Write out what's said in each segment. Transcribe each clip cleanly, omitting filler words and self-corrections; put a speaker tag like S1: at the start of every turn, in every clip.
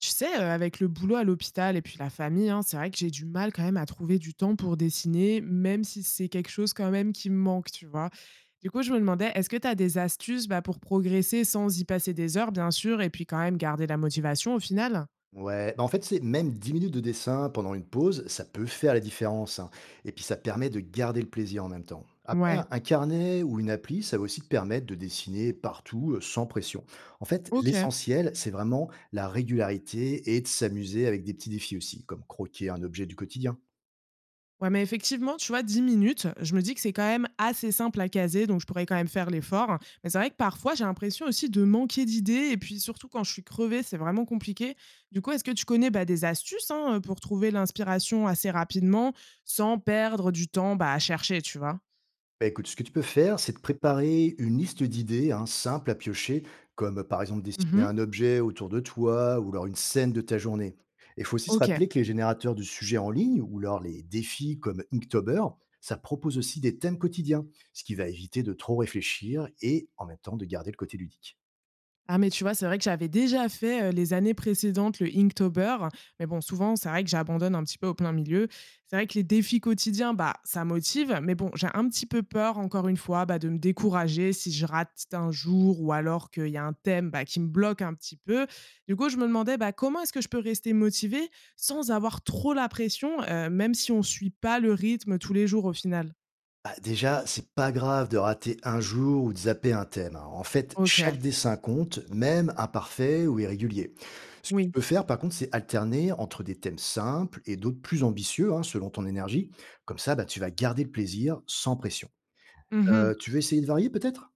S1: Tu sais, avec le boulot à l'hôpital et puis la famille, hein, c'est vrai que j'ai du mal quand même à trouver du temps pour dessiner, même si c'est quelque chose quand même qui me manque, tu vois? Du coup, je me demandais, est-ce que tu as des astuces, bah, pour progresser sans y passer des heures, bien sûr, et puis quand même garder la motivation au final?
S2: Ouais, bah, en fait, c'est même 10 minutes de dessin pendant une pause, ça peut faire la différence. Hein. Et puis, ça permet de garder le plaisir en même temps. Après,
S1: Ouais,
S2: un carnet ou une appli, ça va aussi te permettre de dessiner partout, sans pression. En fait,
S1: OK.
S2: l'essentiel, c'est vraiment la régularité et de s'amuser avec des petits défis aussi, comme croquer un objet du quotidien.
S1: Ouais, mais effectivement, tu vois, 10 minutes, je me dis que c'est quand même assez simple à caser, donc je pourrais quand même faire l'effort. Mais c'est vrai que parfois, j'ai l'impression aussi de manquer d'idées, et puis surtout quand je suis crevée, c'est vraiment compliqué. Du coup, est-ce que tu connais bah, des astuces hein, pour trouver l'inspiration assez rapidement, sans perdre du temps bah, à chercher, tu vois?
S2: Bah, écoute, ce que tu peux faire, c'est de préparer une liste d'idées, hein, simples à piocher, comme, par exemple dessiner
S1: Mhm.
S2: un objet autour de toi ou alors une scène de ta journée. Il faut aussi se
S1: Ok.
S2: rappeler que les générateurs de sujets en ligne ou alors les défis comme Inktober, ça propose aussi des thèmes quotidiens, ce qui va éviter de trop réfléchir et en même temps de garder le côté ludique.
S1: Ah mais tu vois, c'est vrai que j'avais déjà fait, les années précédentes le Inktober, mais bon, souvent, c'est vrai que j'abandonne un petit peu au plein milieu. C'est vrai que les défis quotidiens, bah, ça motive, mais bon, j'ai un petit peu peur, encore une fois, bah, de me décourager si je rate un jour ou alors qu'il y a un thème, bah, qui me bloque un petit peu. Du coup, je me demandais, bah, comment est-ce que je peux rester motivée sans avoir trop la pression, même si on suit pas le rythme tous les jours au final?
S2: Bah, déjà, c'est pas grave de rater un jour ou de zapper un thème. Hein. En fait, chaque
S1: OK,
S2: dessin compte, même imparfait ou irrégulier. Ce que tu
S1: oui.
S2: peux faire, par contre, c'est alterner entre des thèmes simples et d'autres plus ambitieux, hein, selon ton énergie. Comme ça, bah, tu vas garder le plaisir sans pression.
S1: Mmh.
S2: Tu veux essayer de varier peut-être.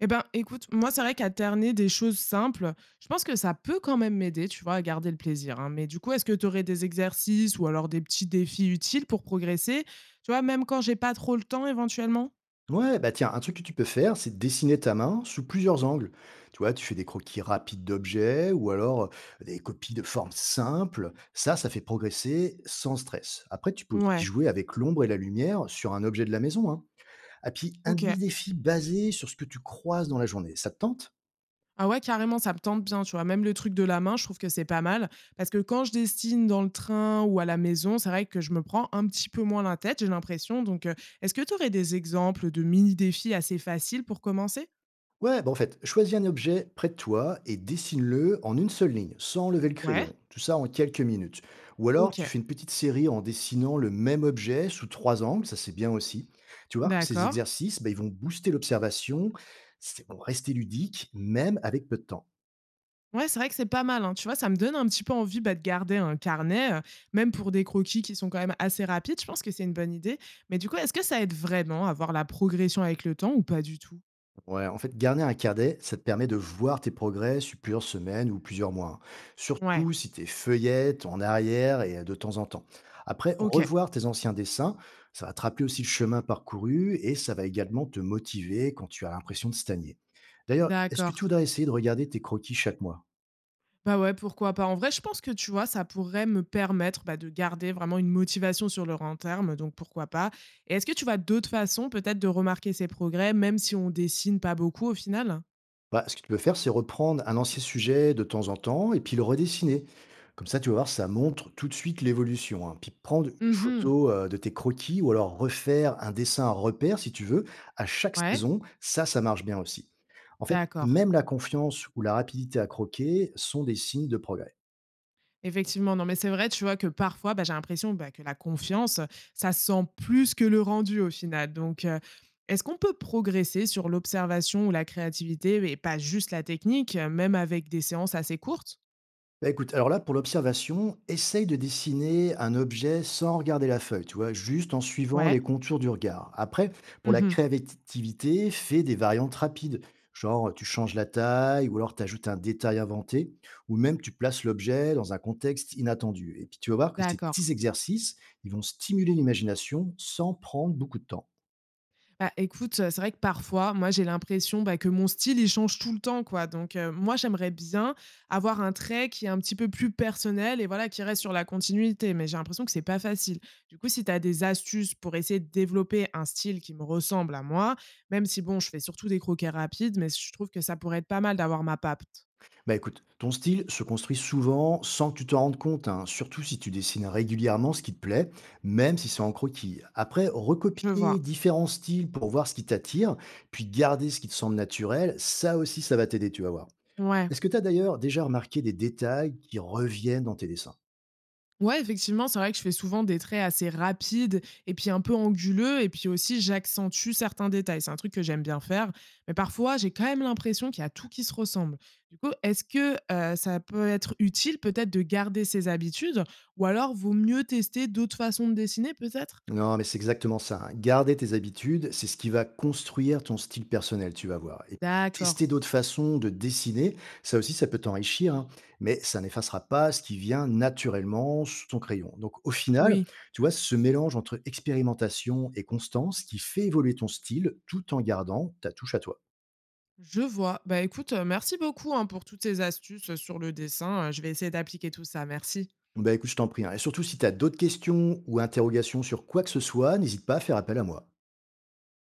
S1: Eh ben, écoute, moi, c'est vrai qu'alterner des choses simples, je pense que ça peut quand même m'aider, tu vois, à garder le plaisir, hein. Mais du coup, est-ce que tu aurais des exercices ou alors des petits défis utiles pour progresser, tu vois, même quand j'ai pas trop le temps éventuellement.
S2: Ouais, bah tiens, un truc que tu peux faire, c'est dessiner ta main sous plusieurs angles. Tu vois, tu fais des croquis rapides d'objets ou alors, des copies de formes simples. Ça fait progresser sans stress. Après, tu peux aussi
S1: Ouais,
S2: jouer avec l'ombre et la lumière sur un objet de la maison. Hein. Ah, puis, un
S1: ok.
S2: demi-défi basé sur ce que tu croises dans la journée. Ça te tente?
S1: Ah ouais, carrément, ça me tente bien, tu vois. Même le truc de la main, je trouve que c'est pas mal. Parce que quand je dessine dans le train ou à la maison, c'est vrai que je me prends un petit peu moins la tête, j'ai l'impression. Donc, est-ce que tu aurais des exemples de mini-défis assez faciles pour commencer.
S2: Ouais, bah, en fait, choisis un objet près de toi et dessine-le en une seule ligne, sans lever le
S1: Ouais,
S2: crayon. Tout ça en quelques minutes. Ou alors,
S1: ok,
S2: tu fais une petite série en dessinant le même objet sous trois angles, ça c'est bien aussi. Tu vois que ces
S1: d'accord.
S2: exercices, bah, ils vont booster l'observation, vont rester ludiques, même avec peu de temps.
S1: Ouais, c'est vrai que c'est pas mal, hein. Tu vois, ça me donne un petit peu envie, bah, de garder un carnet, même pour des croquis qui sont quand même assez rapides. Je pense que c'est une bonne idée. Mais du coup, est-ce que ça aide vraiment à voir la progression avec le temps ou pas du tout?
S2: Ouais, en fait, garder un carnet, ça te permet de voir tes progrès sur plusieurs semaines ou plusieurs mois. Hein.
S1: Ouais,
S2: Surtout si tes feuillettes en arrière et, de temps en temps. Après,
S1: OK.
S2: revoir tes anciens dessins, ça va te rappeler aussi le chemin parcouru et ça va également te motiver quand tu as l'impression de stagner. D'ailleurs, est-ce que
S1: D'accord.
S2: tu voudrais essayer de regarder tes croquis chaque mois?
S1: Bah, ouais, pourquoi pas. En vrai, je pense que, tu vois, ça pourrait me permettre, bah, de garder vraiment une motivation sur le long terme, donc pourquoi pas. Et est-ce que tu vois d'autres façons peut-être de remarquer ces progrès, même si on dessine pas beaucoup au final?
S2: Bah, ce que tu peux faire, c'est reprendre un ancien sujet de temps en temps et puis le redessiner. Comme ça, tu vas voir, ça montre tout de suite l'évolution. Hein. Puis prendre une
S1: Mhm.
S2: photo, de tes croquis ou alors refaire un dessin à repère, si tu veux, à chaque
S1: Ouais,
S2: saison, ça marche bien aussi. En fait,
S1: d'accord.
S2: même la confiance ou la rapidité à croquer sont des signes de progrès.
S1: Effectivement, non, mais c'est vrai, tu vois, que parfois, bah, j'ai l'impression, bah, que la confiance, ça se sent plus que le rendu au final. Donc, est-ce qu'on peut progresser sur l'observation ou la créativité, mais pas juste la technique, même avec des séances assez courtes?
S2: Bah, écoute, alors là, pour l'observation, essaye de dessiner un objet sans regarder la feuille, tu vois, juste en suivant
S1: Ouais.
S2: les contours du regard. Après, pour la
S1: Mmh.
S2: créativité, fais des variantes rapides, genre tu changes la taille ou alors tu ajoutes un détail inventé, ou même tu places l'objet dans un contexte inattendu. Et puis tu vas voir que ces
S1: D'accord.
S2: petits exercices, ils vont stimuler l'imagination sans prendre beaucoup de temps.
S1: Bah, écoute, c'est vrai que parfois, moi, j'ai l'impression, bah, que mon style, il change tout le temps, quoi. Donc, moi, j'aimerais bien avoir un trait qui est un petit peu plus personnel et voilà, qui reste sur la continuité, mais j'ai l'impression que c'est pas facile. Du coup, si tu as des astuces pour essayer de développer un style qui me ressemble à moi, même si bon, je fais surtout des croquets rapides, mais je trouve que ça pourrait être pas mal d'avoir ma patte.
S2: Bah écoute, ton style se construit souvent sans que tu t'en rendes compte, hein, surtout si tu dessines régulièrement ce qui te plaît, même si c'est en croquis. Après,
S1: Je
S2: recopier
S1: vois.
S2: différents styles pour voir ce qui t'attire, puis garder ce qui te semble naturel, ça aussi, ça va t'aider, tu vas voir.
S1: Ouais.
S2: Est-ce que tu as d'ailleurs déjà remarqué des détails qui reviennent dans tes dessins?
S1: Ouais, effectivement, c'est vrai que je fais souvent des traits assez rapides et puis un peu anguleux et puis aussi j'accentue certains détails. C'est un truc que j'aime bien faire, mais parfois j'ai quand même l'impression qu'il y a tout qui se ressemble. Du coup, est-ce que ça peut être utile peut-être de garder ses habitudes ou alors vaut mieux tester d'autres façons de dessiner peut-être?
S2: Non, mais c'est exactement ça. Hein. Garder tes habitudes, c'est ce qui va construire ton style personnel, tu vas voir. Et
S1: D'accord.
S2: tester d'autres façons de dessiner, ça aussi, ça peut t'enrichir, hein, mais ça n'effacera pas ce qui vient naturellement sous ton crayon. Donc, au final,
S1: Oui,
S2: tu vois, ce mélange entre expérimentation et constance qui fait évoluer ton style tout en gardant ta touche à toi.
S1: je vois. Bah écoute, merci beaucoup hein, pour toutes ces astuces sur le dessin. Je vais essayer d'appliquer tout ça. Merci.
S2: Bah écoute, je t'en prie. Hein. Et surtout, si tu as d'autres questions ou interrogations sur quoi que ce soit, n'hésite pas à faire appel à moi.